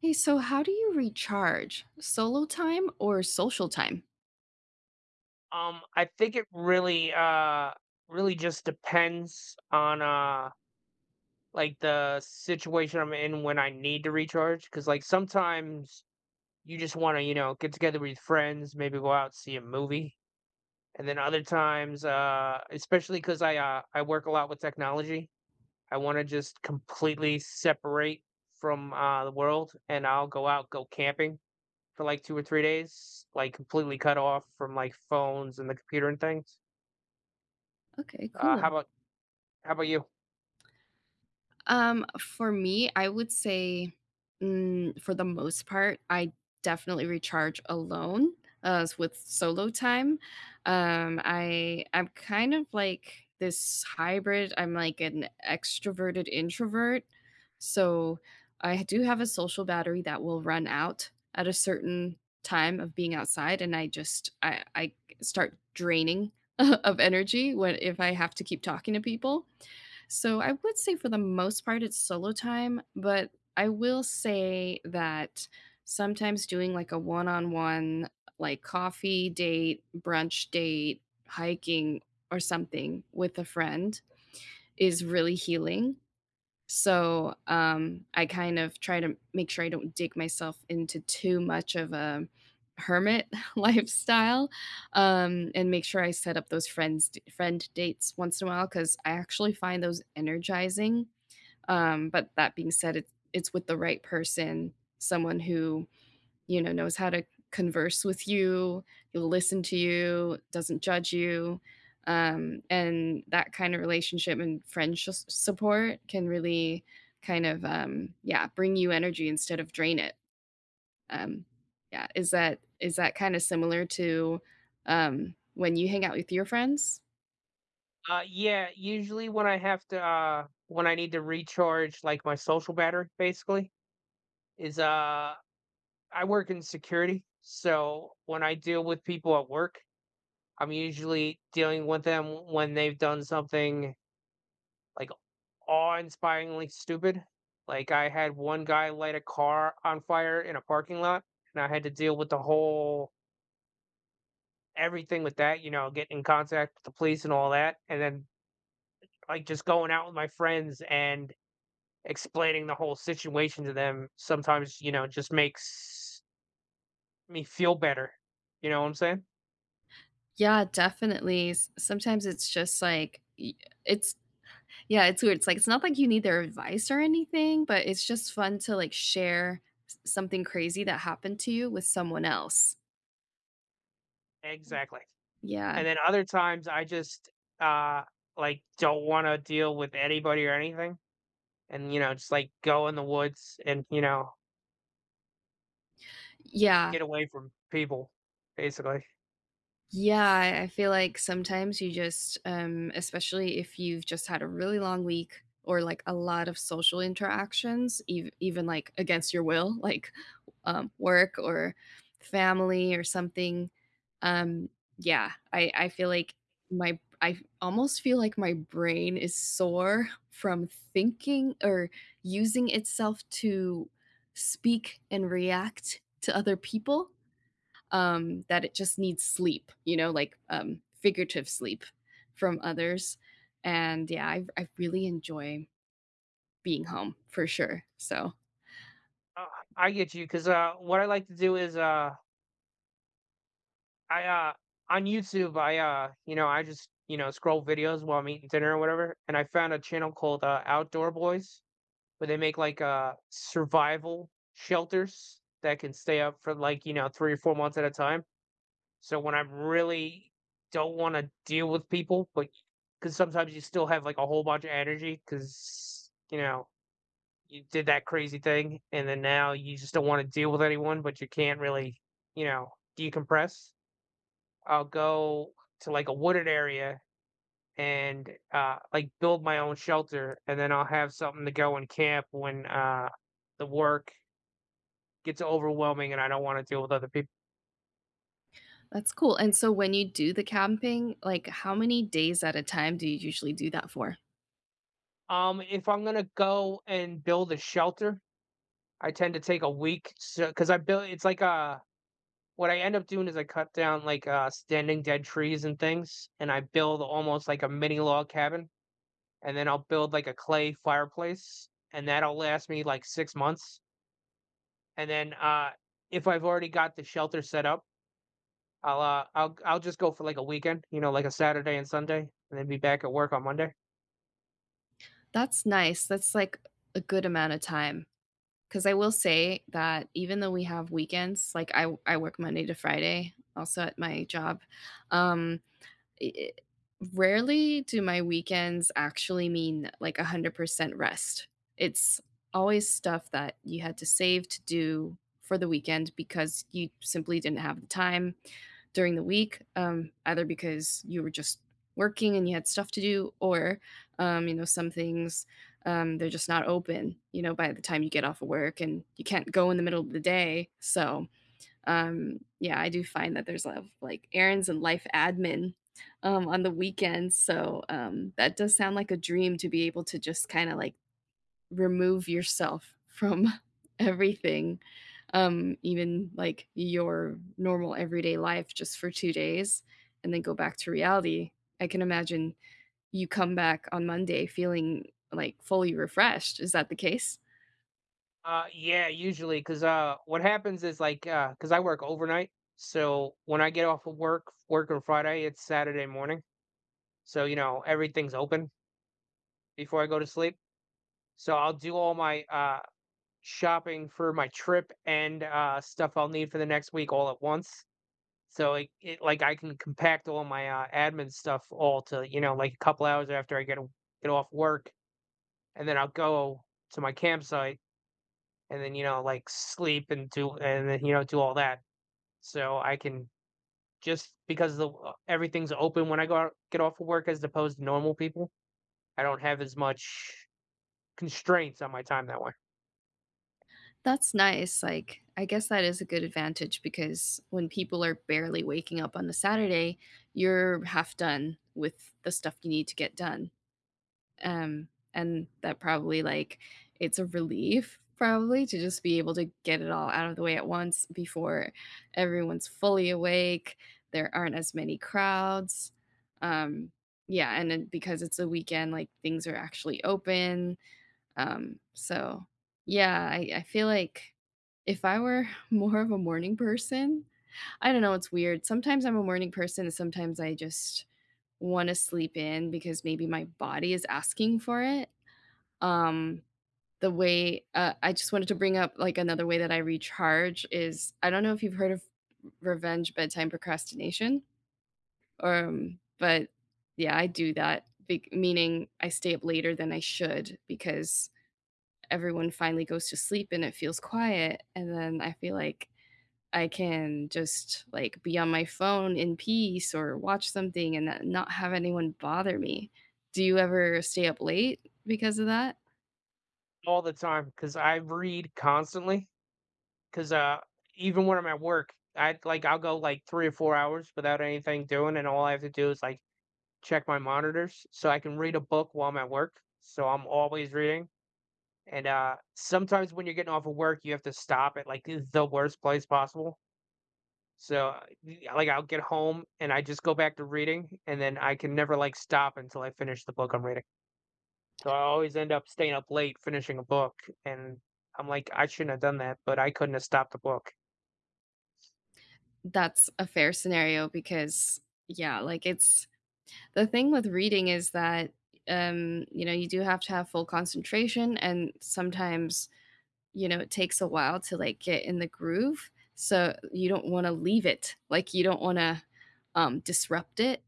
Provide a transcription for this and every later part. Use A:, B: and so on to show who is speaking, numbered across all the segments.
A: Hey, so how do you recharge? Solo time or social time?
B: I think it really, really just depends on, like the situation I'm in when I need to recharge. Cause like sometimes you just want to, you know, get together with friends, maybe go out, see a movie. And then other times, especially cause I work a lot with technology. I want to just completely separate from, the world, and I'll go out, go camping for like 2 or 3 days, like completely cut off from like phones and the computer and things.
A: Okay,
B: Uh, how
A: cool.
B: about How about you?
A: For me, I would say, mm, for the most part, I definitely recharge alone, with solo time. I'm kind of like this hybrid. I'm like an extroverted introvert, so I do have a social battery that will run out at a certain time of being outside, and I just I start draining of energy when if I have to keep talking to people. So I would say for the most part it's solo time, but I will say that sometimes doing like a one-on-one like coffee date, brunch date, hiking or something with a friend is really healing. So, I kind of try to make sure I don't dig myself into too much of a hermit lifestyle, and make sure I set up those friend dates once in a while because I actually find those energizing. But that being said, it's with the right person, someone who, you know, knows how to converse with you, will listen to you, doesn't judge you. And that kind of relationship and friendship support can really kind of yeah, bring you energy instead of drain it. Um, yeah, is that kind of similar to, when you hang out with your friends?
B: Yeah, usually when I have to, when I need to recharge like my social battery, basically, is I work in security. So when I deal with people at work, I'm usually dealing with them when they've done something like awe-inspiringly stupid. Like I had one guy light a car on fire in a parking lot, and I had to deal with the whole everything with that, you know, getting in contact with the police and all that, and then like just going out with my friends and explaining the whole situation to them sometimes, you know, just makes me feel better. You know what I'm saying?
A: Yeah, definitely. Sometimes it's just like y- it's yeah, it's weird. It's like it's not like you need their advice or anything, but it's just fun to like share something crazy that happened to you with someone else.
B: Exactly.
A: Yeah.
B: And then other times I just uh like don't want to deal with anybody or anything, and you know just like go in the woods and you know
A: Yeah.
B: get away from people basically.
A: Yeah, I feel like sometimes you just, especially if you've just had a really long week or like a lot of social interactions, even like against your will, like work or family or something. Um, yeah, I feel like my I almost feel like my brain is sore from thinking or using itself to speak and react to other people, that it just needs sleep, you know, like, figurative sleep from others. And yeah, I really enjoy being home for sure. So
B: Uh, I get you, cuz what I like to do is I on YouTube I you know I just you know scroll videos while I'm eating dinner or whatever, and I found a channel called Outdoor Boys, where they make like survival shelters that can stay up for like you know 3 or 4 months at a time. So when I really don't want to deal with people, but because sometimes you still have like a whole bunch of energy because you know you did that crazy thing and then now you just don't want to deal with anyone, but you can't really you know decompress. I'll go to like a wooded area and like build my own shelter, and then I'll have something to go and camp when the work gets overwhelming and I don't want to deal with other people.
A: that's cool. And so when you do the camping, like how many days at a time do you usually do that for?
B: If I'm gonna go and build a shelter, I tend to take a week because I build. It's like a what I end up doing is I cut down like standing dead trees and things, and I build almost like a mini log cabin, and then I'll build like a clay fireplace, and that'll last me like 6 months. And then if I've already got the shelter set up, I'll I'll just go for like a weekend, you know, like a Saturday and Sunday, and then be back at work on Monday.
A: That's nice. That's like a good amount of time. Cause I will say that even though we have weekends, like I work Monday to Friday also at my job. Um, I rarely do my weekends actually mean like 100% rest. It's always stuff that you had to save to do for the weekend because you simply didn't have the time during the week, either because you were just working and you had stuff to do, or, you know, some things, they're just not open, you know, by the time you get off of work and you can't go in the middle of the day. So, yeah, I do find that there's a lot of, like, errands and life admin, on the weekends, so, that does sound like a dream to be able to just kinda, like, remove yourself from everything, even, like, your normal everyday life just for 2 days and then go back to reality. I can imagine you come back on Monday feeling, like, fully refreshed. Is that the case?
B: Yeah, usually, cause what happens is, like, cause I work overnight, so when I get off of work on Friday, it's Saturday morning, so, you know, everything's open before I go to sleep, so I'll do all my, shopping for my trip and, stuff I'll need for the next week all at once, so it like, I can compact all my, admin stuff all to, you know, like, a couple hours after I get off work, and then I'll go to my campsite, and then, you know, like, sleep and do and then, you know, do all that. So I can just because the everything's open when I go out, get off of work as opposed to normal people, I don't have as much constraints on my time that way.
A: That's nice, like, I guess that is a good advantage because when people are barely waking up on the Saturday, you're half done with the stuff you need to get done, um, and that probably, like, it's a relief probably to just be able to get it all out of the way at once before everyone's fully awake, there aren't as many crowds, um, yeah, and then because it's a weekend, like, things are actually open, so yeah, I feel like if I were more of a morning person, I don't know, it's weird. Sometimes I'm a morning person and sometimes I just want to sleep in because maybe my body is asking for it. Um, the way I just wanted to bring up like another way that I recharge is I don't know if you've heard of revenge bedtime procrastination, but yeah, I do that, meaning I stay up later than I should because everyone finally goes to sleep and it feels quiet and then I feel like I can just like be on my phone in peace or watch something and not have anyone bother me. Do you ever stay up late because of that?
B: All the time because I read constantly. Because even when I'm at work, I like I'll go like 3 or 4 hours without anything doing, and all I have to do is like check my monitors so I can read a book while I'm at work. So I'm always reading. And sometimes when you're getting off of work, you have to stop at like the worst place possible. So, I y like, I'll get home and I just go back to reading, and then I can never, like, stop until I finish the book I'm reading. So I always end up staying up late finishing a book, and I'm like, "I shouldn't have done that," but I couldn't have stopped the book.
A: That's a fair scenario because yeah, like it's, the thing with reading is that, you know, you do have to have full concentration and sometimes, you know, it takes a while to like get in the groove. So you don't want to leave it. Like you don't want to disrupt it.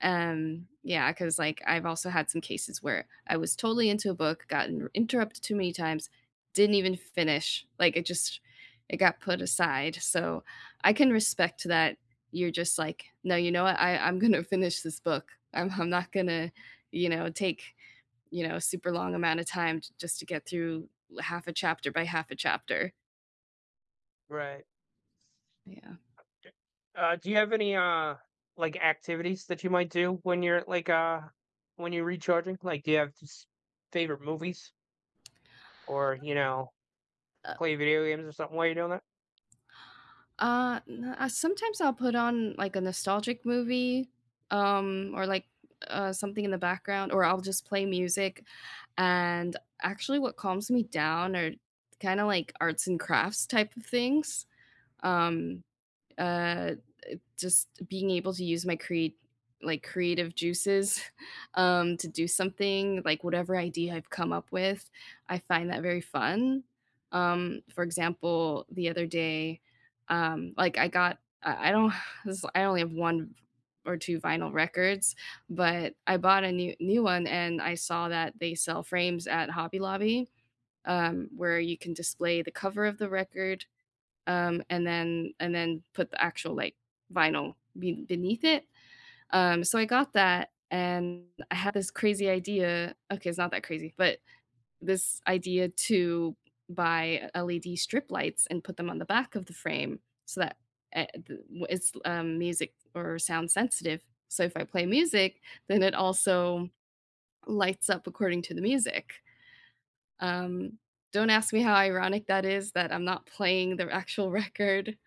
A: Yeah, cause like, I've also had some cases where I was totally into a book, gotten interrupted too many times, didn't even finish, like, it just it got put aside, so I can respect that you're just like, "No, you know what? I'm gonna finish this book. I'm not gonna, you know, take, you know, a super long amount of time j just to get through half a chapter by half a chapter."
B: Right.
A: Yeah.
B: D do you have any, like, activities that you might do when you're, like, when you're recharging? Like, do you have s favorite movies or, you know, play video games or something while you're doing that?
A: N Sometimes I'll put on, like, a nostalgic movie, or, like, something in the background, or I'll just play music, and actually what calms me down are kinda like arts and crafts type of things, um, uh just being able to use my create like creative juices to do something like whatever idea I've come up with, I find that very fun. For example, the other day, like I got, I don't this, I only have one or two vinyl records, but I bought a new one and I saw that they sell frames at Hobby Lobby, where you can display the cover of the record, um, and then put the actual like vinyl beneath it. So I got that, and I had this crazy idea. Okay, it's not that crazy, but this idea to buy LED strip lights and put them on the back of the frame so that th- it's music or sound sensitive. So if I play music, then it also lights up according to the music. Um, don't ask me how ironic that is that I'm not playing the actual record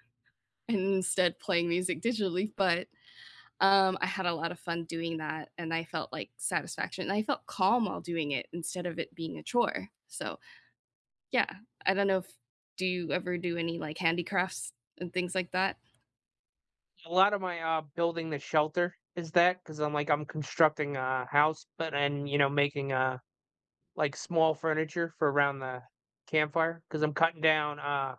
A: and instead playing music digitally. But I had a lot of fun doing that, and I felt like satisfaction. And I felt calm while doing it instead of it being a chore. So yeah, I don't know if, do you ever do any like handicrafts and things like that?
B: A lot of my building the shelter is that because I'm like I'm constructing a house, but and you know making like small furniture for around the campfire because I'm cutting down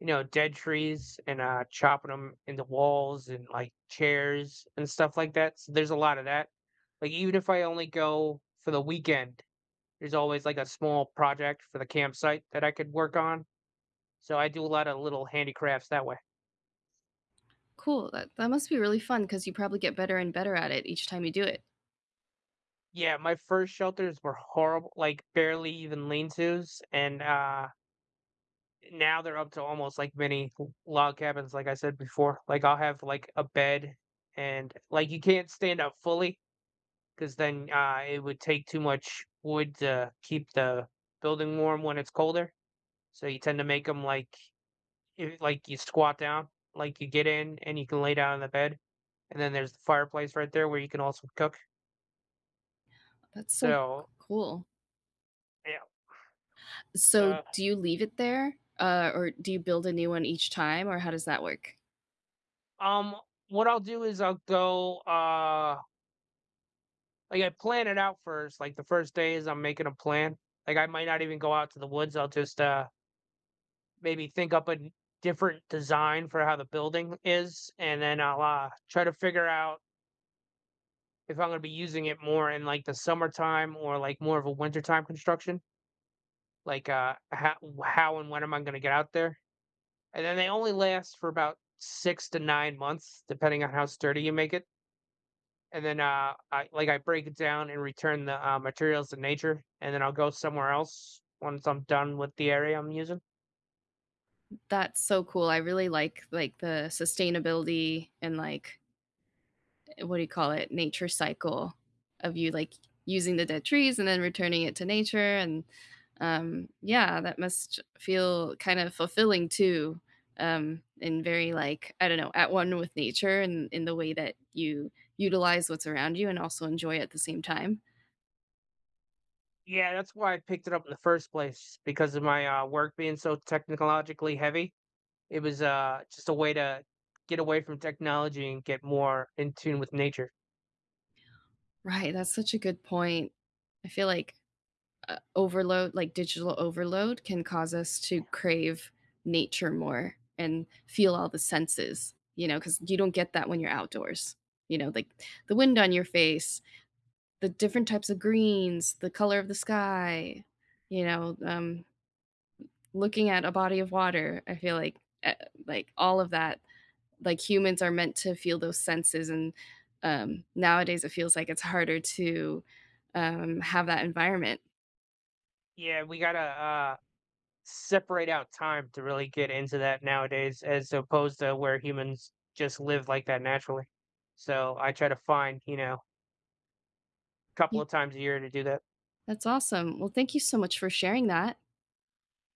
B: you know dead trees and chopping them into walls and like chairs and stuff like that. So there's a lot of that. Like even if I only go for the weekend, there's always like a small project for the campsite that I could work on. So I do a lot of little handicrafts that way.
A: Cool. That must be really fun because you probably get better and better at it each time you do it.
B: Yeah, my first shelters were horrible, like barely even lean-tos, and, now they're up to almost like mini l log cabins, like I said before. Like, I'll have, like, a bed and, like, you can't stand up fully because then, it would take too much wood to keep the building warm when it's colder. So you tend to make them like if like, you squat down, like, you get in and you can lay down on the bed, and then there's the fireplace right there where you can also cook.
A: That's so
B: So,
A: cool.
B: yeah,
A: So
B: uh
A: do you leave it there, or do you build a new one each time, or how does that work?
B: um, what I'll do is I'll go, like, I plan it out first, like, the first day is I'm making a plan. Like, I might not even go out to the woods, I'll just, maybe think up a different design for how the building is, and then I'll, try to figure out if I'm gonna be using it more in, like, the summertime or, like, more of a wintertime construction. Like, how and when am I gonna get out there? And then they only last for about 6 to 9 months, depending on how sturdy you make it. And then I like I break it down and return the materials to nature, and then I'll go somewhere else once I'm done with the area I'm using.
A: That's so cool. I really like the sustainability and like, what do you call it, nature cycle of you like using the dead trees and then returning it to nature. And yeah, that must feel kind of fulfilling too, and very like, I don't know, at one with nature and in the way that you utilize what's around you and also enjoy at the same time.
B: Yeah, that's why I picked it up in the first place because of my work being so technologically heavy. It was just a way to get away from technology and get more in tune with nature.
A: Right, that's such a good point. I feel like, overload, like digital overload, can cause us to crave nature more and feel all the senses, you know, because you don't get that when you're outdoors. You know, like the wind on your face, the different types of greens, the color of the sky, you know, looking at a body of water. I feel uh, like all of that, like humans are meant to feel those senses. And nowadays it feels like it's harder to, have that environment.
B: Yeah, we gotta separate out time to really get into that nowadays, as opposed to where humans just live like that naturally. So I try to find you know a couple of times a year to do that.
A: That's awesome. Well, thank you so much for sharing that.